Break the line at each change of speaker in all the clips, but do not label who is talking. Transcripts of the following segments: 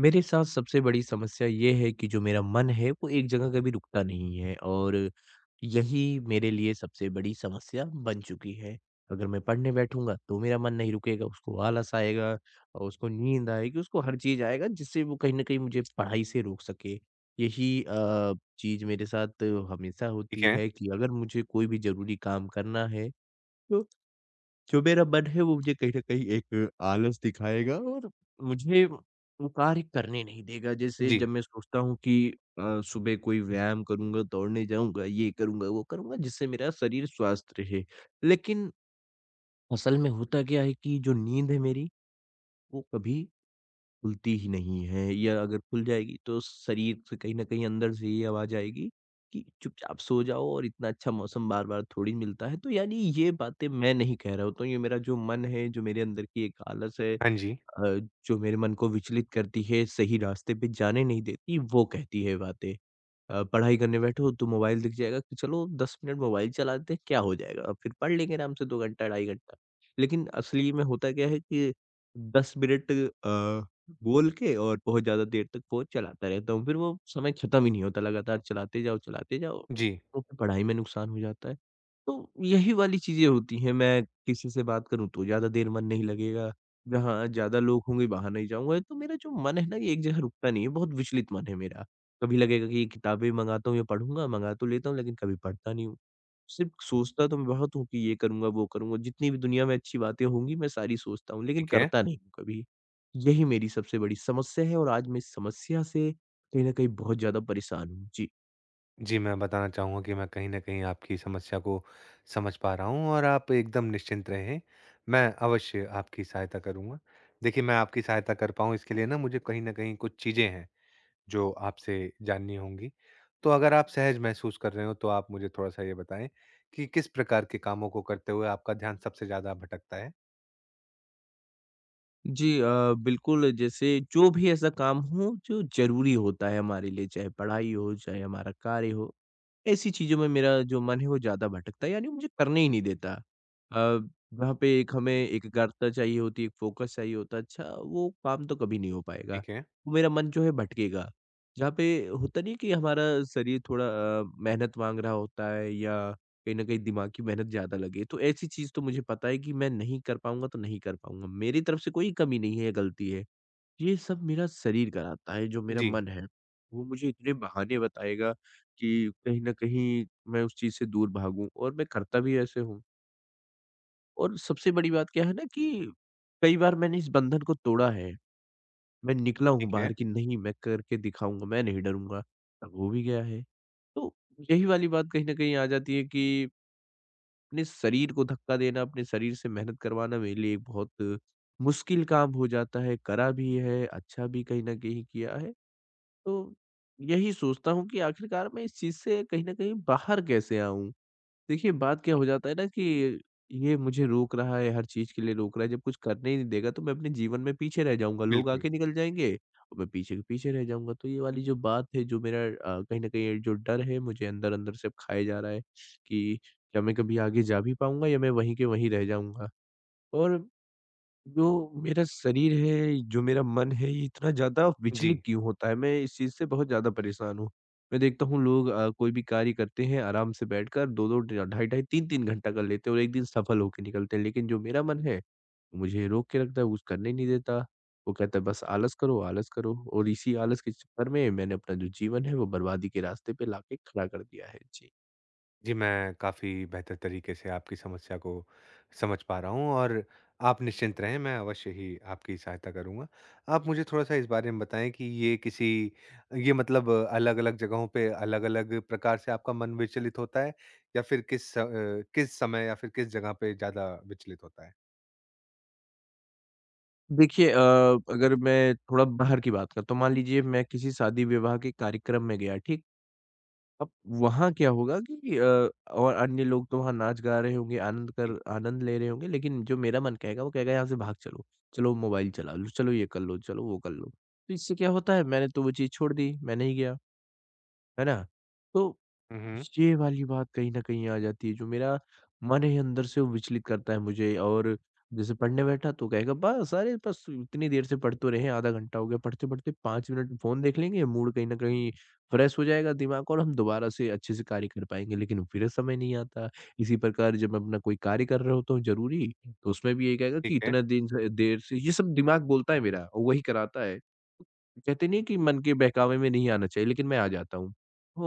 मेरे साथ सबसे बड़ी समस्या ये है कि जो मेरा मन है वो एक जगह कभी रुकता नहीं है और यही मेरे लिए सबसे बड़ी समस्या बन चुकी है। अगर मैं पढ़ने बैठूँगा तो मेरा मन नहीं रुकेगा, उसको आलस आएगा और उसको नींद आएगी, उसको हर चीज़ आएगा जिससे वो कहीं न कहीं मुझे पढ़ाई से रोक सके। यही चीज़ मेरे साथ हमेशा
ठीक
होती
है।
है कि अगर मुझे कोई भी ज़रूरी काम करना है तो जो मेरा मन है वो मुझे कहीं न कहीं एक आलस दिखाएगा और मुझे वो कार्य करने नहीं देगा। जैसे
जी।
जब मैं सोचता हूँ कि सुबह कोई व्यायाम करूँगा, दौड़ने जाऊँगा, ये करूँगा, वो करूँगा जिससे मेरा शरीर स्वस्थ रहे। लेकिन असल में होता क्या है कि जो नींद है मेरी, वो कभी खुलती ही नहीं है या अगर खुल जाएगी तो शरीर से कहीं न कहीं अंदर से ये आवाज़ आएगी कि चुपचाप सो जाओ और इतना अच्छा मौसम बार-बार थोड़ी मिलता है। तो यानी ये बातें मैं नहीं कह रहा हूँ, तो ये मेरा जो मन है, जो मेरे अंदर की एक आलस है
हाँ जी।
अ, जो मेरे मन को विचलित करती है, सही रास्ते पे जाने नहीं देती, वो कहती है बातें। पढ़ाई करने बैठो तो मोबाइल दिख जाएगा कि चलो 10 मिनट मोबाइल चलाते हैं क्या हो जाएगा, अब फिर पढ़ लेंगे आराम से 2 घंटा, ढाई घंटा। लेकिन असली में होता क्या है कि 10 मिनट बोल के और बहुत ज़्यादा देर तक फ़ोन चलाता रहता हूँ, फिर वो समय खत्म ही नहीं होता, लगातार चलाते जाओ,
जी,
तो फिर पढ़ाई में नुकसान हो जाता है। तो यही वाली चीज़ें होती हैं, मैं किसी से बात करूँ तो ज़्यादा देर मन नहीं लगेगा, जहाँ ज़्यादा लोग होंगे वहाँ नहीं जाऊँगा, तो मेरा जो मन है ना ये एक जगह रुकता नहीं है, बहुत विचलित मन है मेरा। कभी लगेगा कि ये किताबें मँगाता हूँ या पढ़ूँगा, मँगा तो लेता हूँ लेकिन कभी पढ़ता नहीं हूँ। सिर्फ़ सोचता तो मैं बहुत हूँ कि ये करूँगा, वो करूँगा, जितनी भी दुनिया में अच्छी बातें होंगी मैं सारी सोचता हूँ लेकिन
ठीक है।
करता नहीं हूँ कभी। यही मेरी सबसे बड़ी समस्या है और आज मैं इस समस्या से कहीं न कहीं बहुत ज़्यादा परेशान हूँ। जी।
जी, मैं बताना चाहूँगा कि मैं कहीं न कहीं आपकी समस्या को समझ पा रहा हूँ, और आप एकदम निश्चिंत रहें, मैं अवश्य आपकी सहायता करूँगा। देखिए, मैं आपकी सहायता कर पाऊँ, इसके लिए ना मुझे कहीं न कहीं कुछ चीज़ें हैं, जो आपसे जाननी होंगी। तो अगर आप सहज महसूस कर रहे हो, तो आप मुझे थोड़ा-सा ये बताएँ कि किस प्रकार के कामों को करते हुए आपका ध्यान सबसे ज़्यादा भटकता है?
जी बिल्कुल जैसे जो भी ऐसा काम हो जो ज़रूरी होता है हमारे लिए, चाहे पढ़ाई हो, चाहे हमारा कार्य हो। ऐसी चीज़ों में मेरा जो मन है वो ज़्यादा भटकता है यानी मुझे करने ही नहीं देता। अ, वहाँ पे एक हमें एकाग्रता चाहिए होती है, एक फ़ोकस चाहिए होता है। अच्छा वो काम तो कभी नहीं हो पाएगा।
ठीक है।
वो मेरा मन जो है भटकेगा। जहाँ पे होता नहीं है कि हमारा शरीर थोड़ा मेहनत माँग रहा होता है या कहीं न कहीं दिमाग की मेहनत ज़्यादा लगे। तो ऐसी चीज़ तो मुझे पता है कि मैं नहीं कर पाऊँगा तो नहीं कर पाऊँगा। मेरी तरफ से कोई कमी नहीं है या गलती है। ये सब मेरा शरीर कराता है, जो मेरा
जी,
मन है, वो मुझे इतने बहाने बताएगा कि कहीं न कहीं मैं उस चीज़ से दूर भागूँ और मैं करता भी ऐसे हूँ। और सबसे बड़ी बात क्या है ना कि कई बार मैंने इस बंधन को तोड़ा है, मैं निकला हूँ
ठीक
बाहर
है।
कि नहीं मैं करके दिखाऊँगा, मैं नहीं डरूँगा, अब हो भी गया है। तो यही वाली बात कहीं न कहीं आ जाती है कि अपने शरीर को धक्का देना, अपने शरीर से मेहनत करवाना मेरे लिए एक बहुत मुश्किल काम हो जाता है, करा भी है, अच्छा भी कहीं न कहीं किया है। तो यही सोचता हूँ कि आखिरकार मैं इस चीज़ से कहीं न कहीं बाहर कैसे आऊँ? देखिए, बात क्या हो जाता है ना कि ये मुझे रोक रहा है, हर चीज़ के लिए रोक रहा है, जब कुछ करने ही नहीं देगा तो मैं अपने जीवन में पीछे रह जाऊँगा। लोग
बिल्कुल।
आगे निकल जाएँगे और मैं पीछे के पीछे रह जाऊँगा। तो ये वाली जो बात है, जो मेरा कहीं न कहीं जो डर है मुझे अंदर-अंदर से अब खाए जा रहा है कि क्या मैं कभी आगे जा भी पाऊँगा या मैं वहीं के वहीं रह जाऊँगा? और जो मेरा शरीर है, जो मेरा मन है, ये इतना ज़्यादा
जी।
विचलित क्यों होता है? मैं इस चीज़ से बहुत ज़्यादा परेशान हूँ। मैं देखता हूँ लोग कोई भी कार्य करते हैं आराम से बैठकर 2-2 ड ढाई-ढाई, 3-3 घंटा कर लेते हैं और एक दिन सफल होके निकलते हैं। लेकिन जो मेरा मन है, वो मुझे रोक के रखता है, कुछ करने ही नहीं देता। वो कहता है बस आलस करो और इसी आलस के चक्कर में मैंने अपना जो जीवन है, वो बर्बादी के रास्ते पे लाके खड़ा कर दिया है। जी।
जी, मैं काफ़ी बेहतर तरीके से आपकी समस्या को समझ पा रहा हूँ, और आप निश्चिंत रहें, मैं अवश्य ही आपकी सहायता करूँगा। आप मुझे थोड़ा-सा इस बारे में बताएँ कि ये मतलब अलग-अलग जगहों पे अलग-अलग प्रकार से आपका मन विचलित होता है, या फिर किस समय या फिर किस जगह पे ज़्यादा विचलित होता है?
देखिए अगर मैं थोड़ा बाहर की बात करता हूँ, मान लीजिए मैं किसी शादी-विवाह के कार्यक्रम में गया, ठीक है? अब वहाँ क्या होगा कि और अन्य लोग तो वहाँ नाच गा रहे होंगे, आनंद
जी।
कर आनंद ले रहे होंगे, लेकिन जो मेरा मन कहेगा वो कहेगा यहाँ से भाग चलो। चलो मोबाइल चला लो, चलो ये कर लो, चलो वो कर लो। तो इससे क्या होता है मैंने तो वो चीज़ छोड़ दी, मैं नहीं गया, है ना? तो
हुँ, हुँ।
ये वाली बात कहीं न कहीं आ जाती है, जो मेरा मन है अंदर से वो विचलित करता है मुझे और जैसे पढ़ने बैठा तो कहेगा बस अरे बस इतनी देर से पढ़ तो रहे हैं, आधा घंटा हो गया, पढ़ते-पढ़ते 5 मिनट फ़ोन देख लेंगे, मूड कहीं न कहीं फ्रेश हो जाएगा दिमाग और हम दोबारा से अच्छे से कार्य कर पाएँगे, लेकिन फिर समय नहीं आता। इसी प्रकार जब मैं अपना कोई कार्य कर रहा होता हूँ ज़रूरी, तो उसमें भी यही कहेगा कि
ठीक है।
इतना दिन से देर से ये सब दिमाग बोलता है मेरा, और वही कराता है। कहते नहीं है कि मन के बहकावे में नहीं आना चाहिए, लेकिन मैं आ जाता हूँ।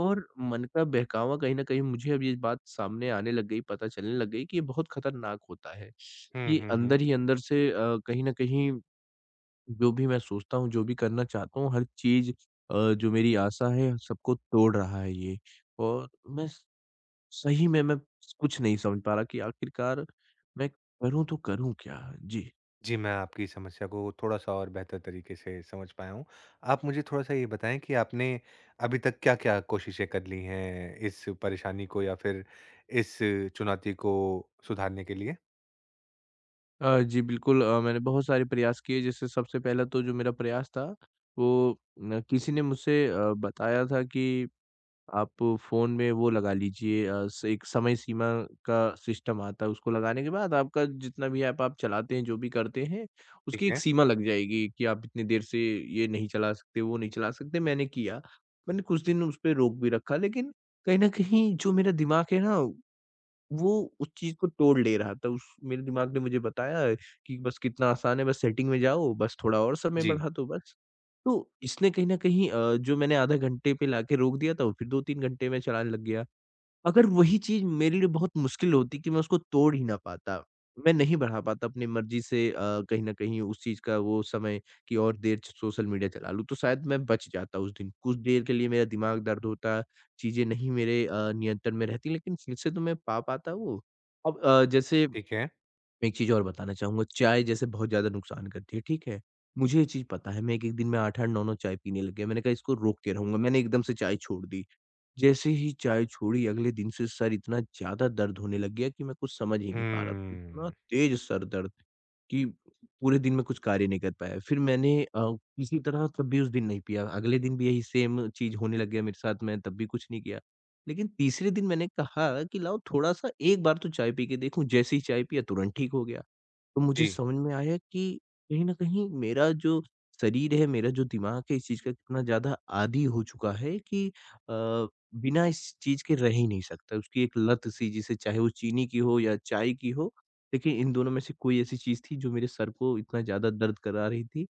और मन का बहकावा कहीं न कहीं मुझे अब ये बात सामने आने लग गई, पता चलने लग गई कि ये बहुत खतरनाक होता है।
हुँ,
ये
हुँ, हुँ।
अंदर ही अंदर से कहीं न कहीं जो भी मैं सोचता हूँ, जो भी करना चाहता हूँ, हर चीज़ जो मेरी आशा है सबको तोड़ रहा है ये। और मैं स सही में मैं कुछ नहीं समझ पा रहा कि आखिरकार मैं करूँ तो करूँ क्या? जी।
जी, मैं आपकी समस्या को थोड़ा-सा और बेहतर तरीके से समझ पाया हूँ। आप मुझे थोड़ा-सा ये बताएँ कि आपने अभी तक क्या-क्या कोशिशें कर ली हैं इस परेशानी को, या फिर इस चुनौती को सुधारने के लिए?
जी बिल्कुल मैंने बहुत सारे प्रयास किए जैसे सबसे पहला तो जो मेरा प्रयास था वो न किसी ने मुझसे बताया था कि आप फ़ोन में वो लगा लीजिए अ, स एक समय सीमा का सिस्टम आता है उसको लगाने के बाद आपका जितना भी ऐप आप चलाते हैं, जो भी करते हैं,
ठीक
उसकी एक
है।
सीमा लग जाएगी कि आप इतनी देर से ये नहीं चला सकते, वो नहीं चला सकते, मैंने किया। मैंने कुछ दिन उसपे रोक भी रखा लेकिन कहीं न कहीं जो मेरा दिमाग है ना वो उस चीज़ को तोड़ ले रहा था, उस मेरे दिमाग ने मुझे बताया है कि बस कितना आसान है, बस सेटिंग में जाओ, बस थोड़ा और समय
जी,
बढ़ा दो बस। तो इसने कहीं न कहीं जो मैंने आधे घंटे पे लाके रोक दिया था, वो फिर 2-3 घंटे में चलाने लग गया। अगर वही चीज़ मेरे लिए बहुत मुश्किल होती कि मैं उसको तोड़ ही ना पाता, मैं नहीं बढ़ा पाता अपनी मर्ज़ी से कहीं न कहीं उस चीज़ का वो समय कि और देर सोशल मीडिया चला लूँ, तो शायद मैं बच जाता उस दिन। कुछ देर के लिए मेरा दिमाग दर्द होता, चीज़ें नहीं मेरे नियंत्रण में रहती, लेकिन फिर से तो मैं पा पाता वो। अब जैसे
ठीक है।
एक चीज़ और बताना चाहूँगा, चाय जैसे बहुत ज़्यादा नुकसान करती है, ठीक है? मुझे ये चीज़ पता है, मैं एक-एक दिन में 8-8, 9-9 चाय पीने लग गया, मैंने कहा इसको रोक के रहूँगा, मैंने एकदम से चाय छोड़ दी। जैसे ही चाय छोड़ी अगले दिन से सर इतना ज़्यादा दर्द होने लग गया कि मैं कुछ समझ ही नहीं पा रहा था।
हुँ।
इतना तेज़ सर दर्द कि पूरे दिन मैं कुछ कार्य नहीं कर पाया। फिर मैंने किसी तरह तब भी उस दिन नहीं पिया। अगले दिन भी यही सेम चीज़ होने लग गया मेरे साथ, मैं तब भी कुछ नहीं किया। लेकिन तीसरे दिन मैंने कहा कि लाओ थोड़ा-सा एक बार तो चाय पी के देखूँ, जैसे ही चाय पिया तुरंत ठीक हो गया। तो मुझे
जी,
समझ में आया कि कहीं न कहीं मेरा जो शरीर है, मेरा जो दिमाग है, इस चीज़ का कितना ज़्यादा आदी हो चुका है कि बिना इस चीज़ के रह ही नहीं सकता। उसकी एक लत सी जिसे चाहे वो चीनी की हो या चाय की हो, लेकिन इन दोनों में से कोई ऐसी चीज़ थी जो मेरे सर को इतना ज़्यादा दर्द करा रही थी।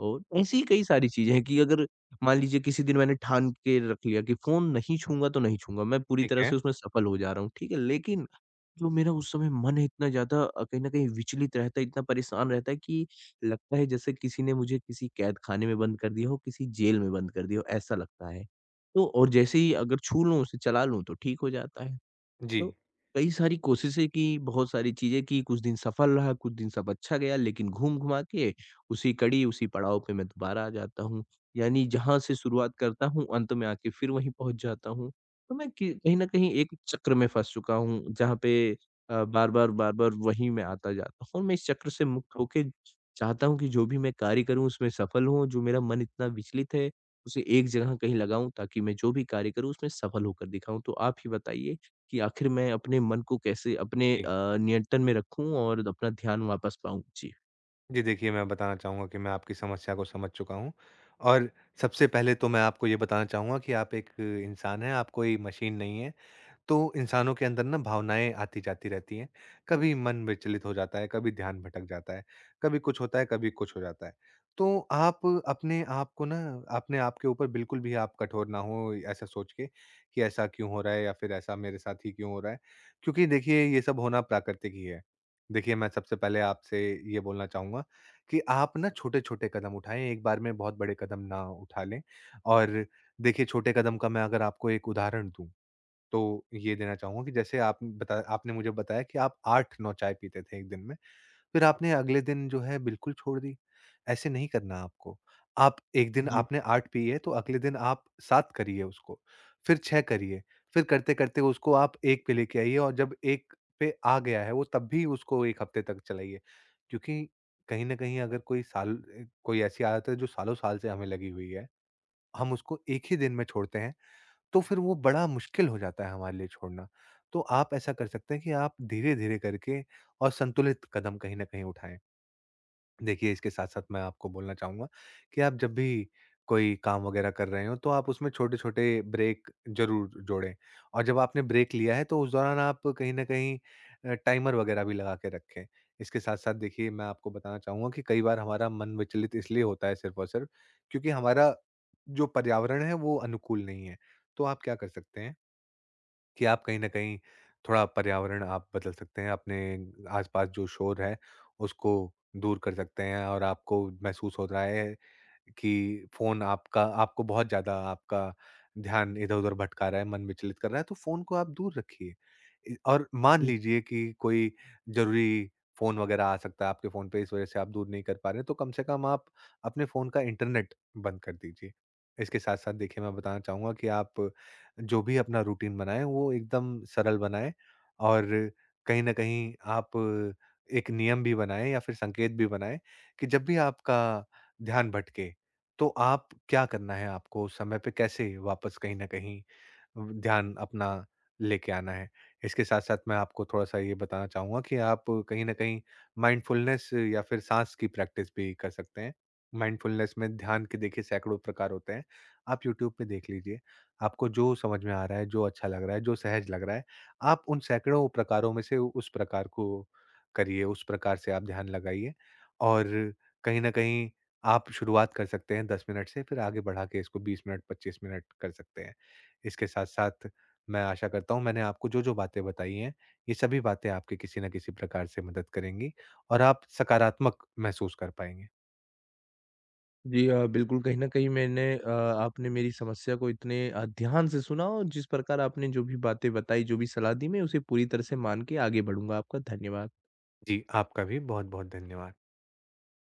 और ऐसी ही कई सारी चीज़ें हैं कि अगर मान लीजिए किसी दिन मैंने ठान के रख लिया कि फ़ोन नहीं छूँगा तो नहीं छूँगा, मैं पूरी
ठीक
तरह
है।
से उसमें सफल हो जा रहा हूँ, ठीक है? लेकिन जो मेरा उस समय मन है इतना ज़्यादा कहीं न कहीं विचलित रहता है, इतना परेशान रहता है कि लगता है जैसे किसी ने मुझे किसी कैद खाने में बंद कर दिया हो, किसी जेल में बंद कर दिया हो, ऐसा लगता है। तो और जैसे ही अगर छू लूँ, उसे चला लूँ तो ठीक हो जाता है।
जी,
तो कई सारी कोशिशें की, बहुत सारी चीज़ें की, कुछ दिन सफल रहा, कुछ दिन सब अच्छा गया, लेकिन घूम-घुमा के उसी कड़ी, उसी पड़ाव पे मैं दोबारा आ जाता हूँ। यानी जहाँ से शुरुआत करता हूँ, अंत में आके फिर वहीं पहुँच जाता हूँ। तो मैं कि कहीं न कहीं एक चक्र में फँस चुका हूँ, जहाँ पे बार-बार, बार-बार वहीं मैं आता जाता हूँ। मैं इस चक्र से मुक्त होके चाहता हूँ कि जो भी मैं कार्य करूँ, उसमें सफल हों। जो मेरा मन इतना विचलित है, उसे एक जगह कहीं लगाऊँ, ताकि मैं जो भी कार्य करूँ, उसमें सफल होकर दिखाऊँ। तो आप ही बताइए कि आखिर मैं अपने मन को कैसे अपने
जी।
नियंत्रण में रखूँ और अपना ध्यान वापस पाऊँ? जी।
जी, देखिए, मैं बताना चाहूँगा कि मैं आपकी समस्या को समझ चुका हूँ। और सबसे पहले तो मैं आपको ये बताना चाहूँगा कि आप एक इंसान हैं, आप कोई मशीन नहीं हैं। तो इंसानों के अंदर ना भावनाएं आती जाती रहती हैं। कभी मन विचलित हो जाता है, कभी ध्यान भटक जाता है, कभी कुछ होता है, कभी कुछ हो जाता है। तो आप अपने आप को ना, अपने आप के ऊपर बिल्कुल भी आप कठोर ना हो, ऐसा सोच के कि ऐसा क्यों हो रहा है, या फिर ऐसा मेरे साथ ही क्यों हो रहा है, क्योंकि देखिए ये सब होना प्राकृतिक ही है। देखिए, मैं सबसे पहले आपसे ये बोलना चाहूंगा कि आप ना छोटे छोटे कदम उठाएं, एक बार में बहुत बड़े कदम ना उठा लें। और देखिए, छोटे कदम का मैं अगर आपको एक उदाहरण दूं, तो ये देना चाहूँगा कि जैसे आप बता आपने मुझे बताया कि आप 8-9 चाय पीते थे 1 दिन में, फिर आपने अगले दिन जो है बिल्कुल छोड़ दी। ऐसे नहीं करना आपको। आप 1 दिन
जी,
आपने 8 पी है, तो अगले दिन आप 7 करिए उसको, फिर 6 करिए, फिर करते-करते उसको आप 1 पे लेके आइए। और जब 1 पे आ गया है वो, तब भी उसको 1 हफ्ते तक चलाइए। क्योंकि कहीं न कहीं अगर कोई ऐसी आदत है जो सालों-साल से हमें लगी हुई है, हम उसको 1 ही दिन में छोड़ते हैं, तो फिर वो बड़ा मुश्किल हो जाता है हमारे लिए छोड़ना। तो आप ऐसा कर सकते हैं कि आप धीरे-धीरे करके और संतुलित कदम कहीं न कहीं उठाएँ। देखिए, इसके साथ-साथ मैं आपको बोलना चाहूँगा कि आप जब भी कोई काम वगैरह कर रहे हों, तो आप उसमें छोटे-छोटे ब्रेक ज़रूर जोड़ें। और जब आपने ब्रेक लिया है, तो उस दौरान आप कहीं न कहीं टाइमर वगैरह भी लगा के रखें। इसके साथ-साथ देखिए, मैं आपको बताना चाहूँगा कि कई बार हमारा मन विचलित इसलिए होता है सिर्फ़ और सिर्फ़, क्योंकि हमारा जो पर्यावरण है, वो अनुकूल नहीं है। तो आप क्या कर सकते हैं कि आप कहीं न कहीं थोड़ा पर्यावरण आप बदल सकते हैं, अपने आस-पास जो शोर है, उसको दूर कर सकते हैं। और आपको महसूस हो रहा है कि फ़ोन आपका आपको बहुत ज़्यादा आपका ध्यान इधर-उधर भटका रहा है, मन विचलित कर रहा है, तो फ़ोन को आप दूर रखिए। इ और मान
जी।
लीजिए कि कोई ज़रूरी फ़ोन वग़ैरह आ सकता है आपके फ़ोन पे, इस वज़ह से आप दूर नहीं कर पा रहे हैं, तो कम से कम आप अपने फ़ोन का इंटरनेट बंद कर दीजिए। इसके साथ-साथ देखिए, मैं बताना चाहूँगा कि आप जो भी अपना रूटीन बनाएँ, वो एकदम सरल बनाएँ। और कहीं न कहीं आप एक नियम भी बनाएँ या फिर संकेत भी बनाएँ कि जब भी आपका ध्यान भटके, तो आप क्या करना है, आपको उस समय पे कैसे वापस कहीं न कहीं ध्यान अपना लेके आना है। इसके साथ-साथ मैं आपको थोड़ा-सा ये बताना चाहूँगा कि आप कहीं न कहीं माइंडफुलनेस या फिर साँस की प्रैक्टिस भी कर सकते हैं। माइंडफुलनेस में ध्यान के देखिए सैकड़ों प्रकार होते हैं। आप यूट्यूब पे देख लीजिए, आपको जो समझ में आ रहा है, जो अच्छा लग रहा है, जो सहज लग रहा है, आप उन सैकड़ों प्रकारों में से उस प्रकार को करिए, उस प्रकार से आप ध्यान लगाइए। और कहीं न कहीं आप शुरुआत कर सकते हैं 10 मिनट से, फिर आगे बढ़ा के इसको 20 मिनट, 25 मिनट कर सकते हैं। इसके साथ-साथ मैं आशा करता हूँ मैंने आपको जो-जो बातें बताई हैं, ये सभी बातें आपकी किसी न किसी प्रकार से मदद करेंगी, और आप सकारात्मक महसूस कर पाएँगे।
जी, बिल्कुल कहीं न कहीं आपने मेरी समस्या को इतने ध्यान से सुना और जिस प्रकार आपने जो भी बातें बताई, जो भी सलाह दी मैं उसे पूरी तरह से मान के आगे बढ़ूँगा। आपका धन्यवाद।
जी, आपका भी बहुत-बहुत धन्यवाद।